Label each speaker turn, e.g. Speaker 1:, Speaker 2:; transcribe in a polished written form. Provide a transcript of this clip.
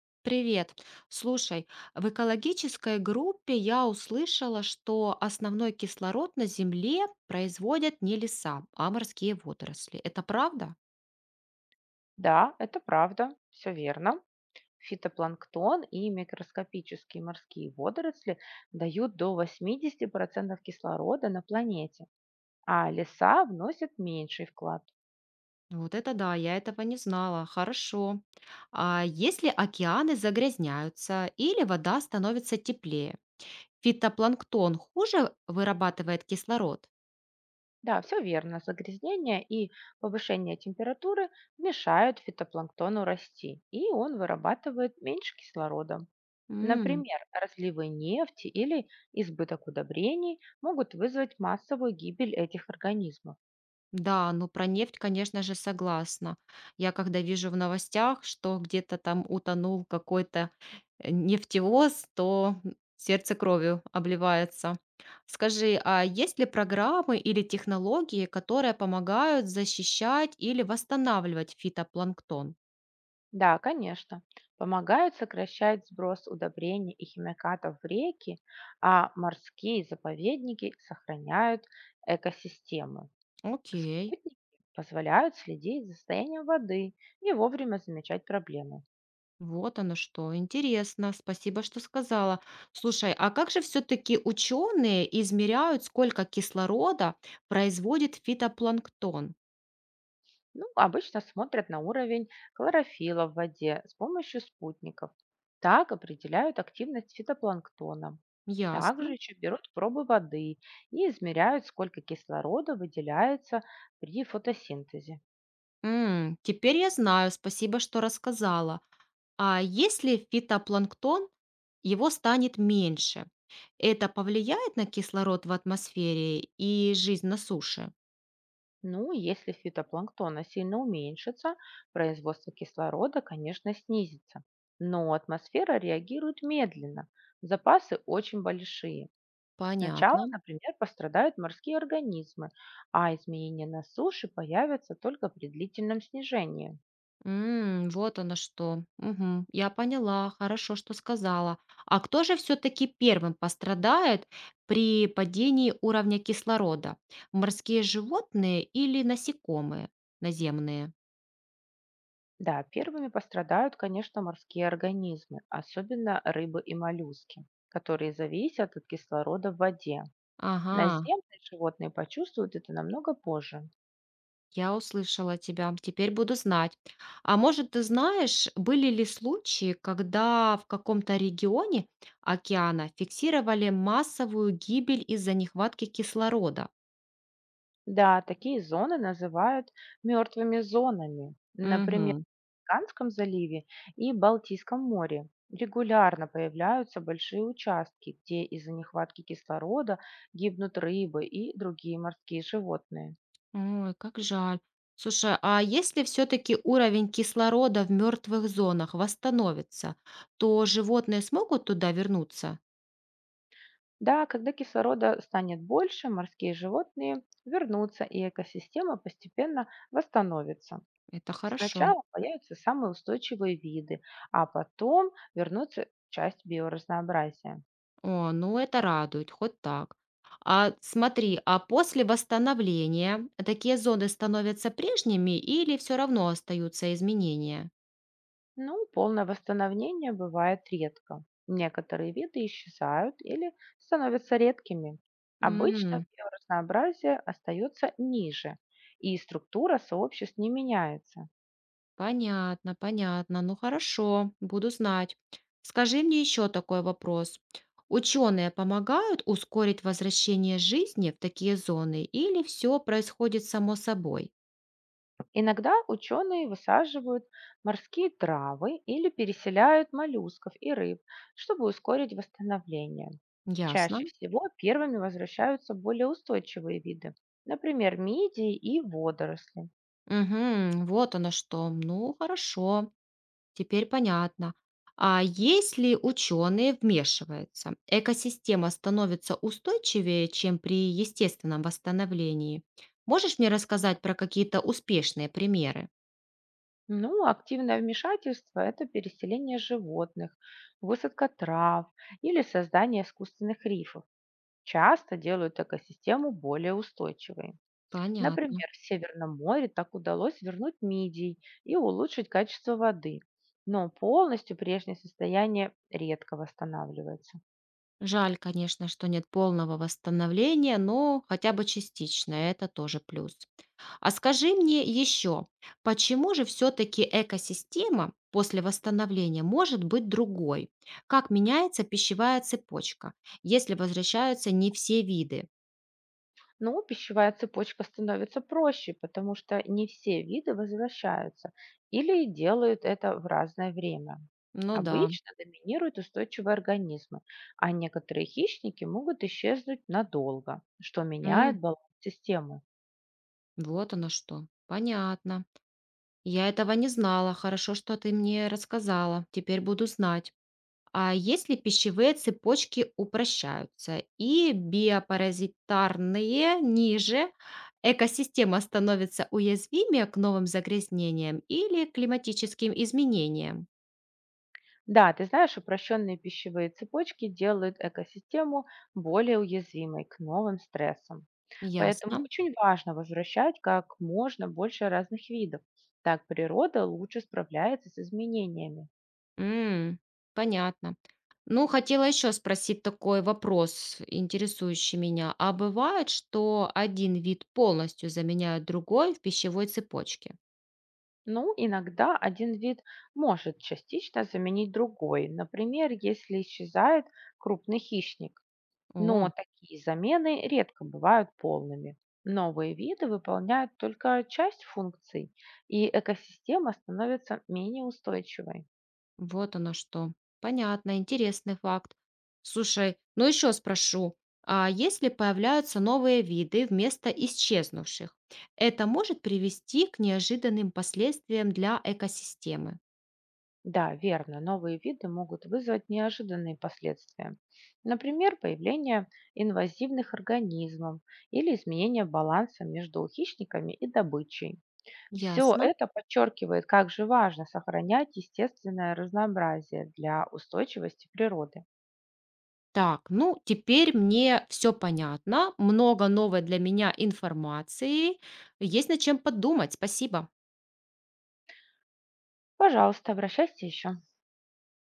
Speaker 1: Привет. Слушай, в экологической группе я услышала, что основной кислород на Земле производят не леса, а морские водоросли. Это правда?
Speaker 2: Да, это правда, все верно. Фитопланктон и микроскопические морские водоросли дают до 80% кислорода на планете, а леса вносят меньший вклад.
Speaker 1: Вот это да, я этого не знала. Хорошо. А если океаны загрязняются или вода становится теплее, фитопланктон хуже вырабатывает кислород?
Speaker 2: Да, все верно. Загрязнение и повышение температуры мешают фитопланктону расти, и он вырабатывает меньше кислорода. Например, разливы нефти или избыток удобрений могут вызвать массовую гибель этих организмов.
Speaker 1: Да, ну про нефть, конечно же, согласна. Я когда вижу в новостях, что где-то там утонул какой-то нефтевоз, то сердце кровью обливается. Скажи, а есть ли программы или технологии, которые помогают защищать или восстанавливать фитопланктон?
Speaker 2: Да, конечно. Помогают сокращать сброс удобрений и химикатов в реки, а морские заповедники сохраняют экосистемы.
Speaker 1: Окей,
Speaker 2: Спутники позволяют следить за состоянием воды и вовремя замечать проблемы.
Speaker 1: вот оно что, интересно, спасибо, что сказала. Слушай, а как же все-таки ученые измеряют, сколько кислорода производит фитопланктон?
Speaker 2: Ну, обычно смотрят на уровень хлорофилла в воде с помощью спутников. Так определяют активность фитопланктона.
Speaker 1: Ясно.
Speaker 2: Также еще берут пробы воды и измеряют, сколько кислорода выделяется при фотосинтезе.
Speaker 1: М, теперь я знаю, спасибо, что рассказала. А если фитопланктон, его станет меньше, это повлияет на кислород в атмосфере и жизнь на суше?
Speaker 2: Ну, если фитопланктона сильно уменьшится, производство кислорода, конечно, снизится. Но атмосфера реагирует медленно, запасы очень большие. Сначала,
Speaker 1: Понятно.
Speaker 2: например, пострадают морские организмы, а изменения на суше появятся только при длительном снижении.
Speaker 1: М, вот оно что. Мгм, я поняла, хорошо, что сказала. А кто же все-таки первым пострадает при падении уровня кислорода? Морские животные или насекомые наземные?
Speaker 2: Да, первыми пострадают, конечно, морские организмы, особенно рыбы и моллюски, которые зависят от кислорода в воде.
Speaker 1: Ага.
Speaker 2: Наземные животные почувствуют это намного позже.
Speaker 1: Я услышала тебя, теперь буду знать. А может, ты знаешь, были ли случаи, когда в каком-то регионе океана фиксировали массовую гибель из-за нехватки кислорода?
Speaker 2: Да, такие зоны называют мертвыми зонами. Например,
Speaker 1: Угу.
Speaker 2: Мексиканском заливе и Балтийском море. Регулярно появляются большие участки, где из-за нехватки кислорода гибнут рыбы и другие морские животные.
Speaker 1: Ой, как жаль. Слушай, а если все-таки уровень кислорода в мертвых зонах восстановится, то животные смогут туда вернуться?
Speaker 2: Да, когда кислорода станет больше, морские животные вернутся, и экосистема постепенно восстановится.
Speaker 1: Это хорошо.
Speaker 2: Сначала появятся самые устойчивые виды, а потом вернутся часть биоразнообразия.
Speaker 1: О, ну это радует, хоть так. А смотри, а после восстановления такие зоны становятся прежними или все равно остаются изменения?
Speaker 2: Ну, полное восстановление бывает редко. Некоторые виды исчезают или становятся редкими. Обычно
Speaker 1: М,
Speaker 2: биоразнообразие остается ниже, и структура сообществ не меняется.
Speaker 1: понятно, понятно. Ну хорошо, буду знать. Скажи мне еще такой вопрос. Ученые помогают ускорить возвращение жизни в такие зоны или все происходит само собой?
Speaker 2: Иногда ученые высаживают морские травы или переселяют моллюсков и рыб, чтобы ускорить восстановление.
Speaker 1: Ясно.
Speaker 2: Чаще всего первыми возвращаются более устойчивые виды, например, мидии и водоросли.
Speaker 1: Угу, вот оно что. Ну хорошо. Теперь понятно. А если ученые вмешиваются, экосистема становится устойчивее, чем при естественном восстановлении. Можешь мне рассказать про какие-то успешные примеры?
Speaker 2: Ну, активное вмешательство– это переселение животных, высадка трав или создание искусственных рифов. Часто делают экосистему более устойчивой.
Speaker 1: Понятно.
Speaker 2: Например, в Северном море так удалось вернуть мидий и улучшить качество воды, но полностью прежнее состояние редко восстанавливается.
Speaker 1: Жаль, конечно, что нет полного восстановления, но хотя бы частично, это тоже плюс. А скажи мне еще, почему же все-таки экосистема после восстановления может быть другой? Как меняется пищевая цепочка, если возвращаются не все виды?
Speaker 2: Но пищевая цепочка становится проще, потому что не все виды возвращаются или делают это в разное время.
Speaker 1: Ну да.
Speaker 2: Обычно доминируют устойчивые организмы, а некоторые хищники могут исчезнуть надолго, что
Speaker 1: М,
Speaker 2: меняет баланс системы.
Speaker 1: вот оно что. Понятно. Я этого не знала. Хорошо, что ты мне рассказала. Теперь буду знать. А если пищевые цепочки упрощаются и биопаразитарные ниже, экосистема становится уязвимее к новым загрязнениям или климатическим изменениям.
Speaker 2: Да, ты знаешь, упрощенные пищевые цепочки делают экосистему более уязвимой к новым стрессам. Поэтому
Speaker 1: Ясно.
Speaker 2: очень важно возвращать как можно больше разных видов. Так природа лучше справляется с изменениями.
Speaker 1: М, понятно. Ну, хотела еще спросить такой вопрос, интересующий меня. А бывает, что один вид полностью заменяет другой в пищевой цепочке?
Speaker 2: Ну, иногда один вид может частично заменить другой. Например, если исчезает крупный хищник. Но
Speaker 1: О.
Speaker 2: такие замены редко бывают полными. Новые виды выполняют только часть функций, и экосистема становится менее устойчивой.
Speaker 1: Вот оно что. Понятно, интересный факт. Слушай, ну еще спрошу, а если появляются новые виды вместо исчезнувших, это может привести к неожиданным последствиям для экосистемы?
Speaker 2: Да, верно, новые виды могут вызвать неожиданные последствия. Например, появление инвазивных организмов или изменение баланса между хищниками и добычей. Все
Speaker 1: Ясно.
Speaker 2: это подчеркивает, как же важно сохранять естественное разнообразие для устойчивости природы.
Speaker 1: Так, ну теперь мне все понятно, много новой для меня информации, есть над чем подумать, спасибо.
Speaker 2: Пожалуйста, обращайся еще.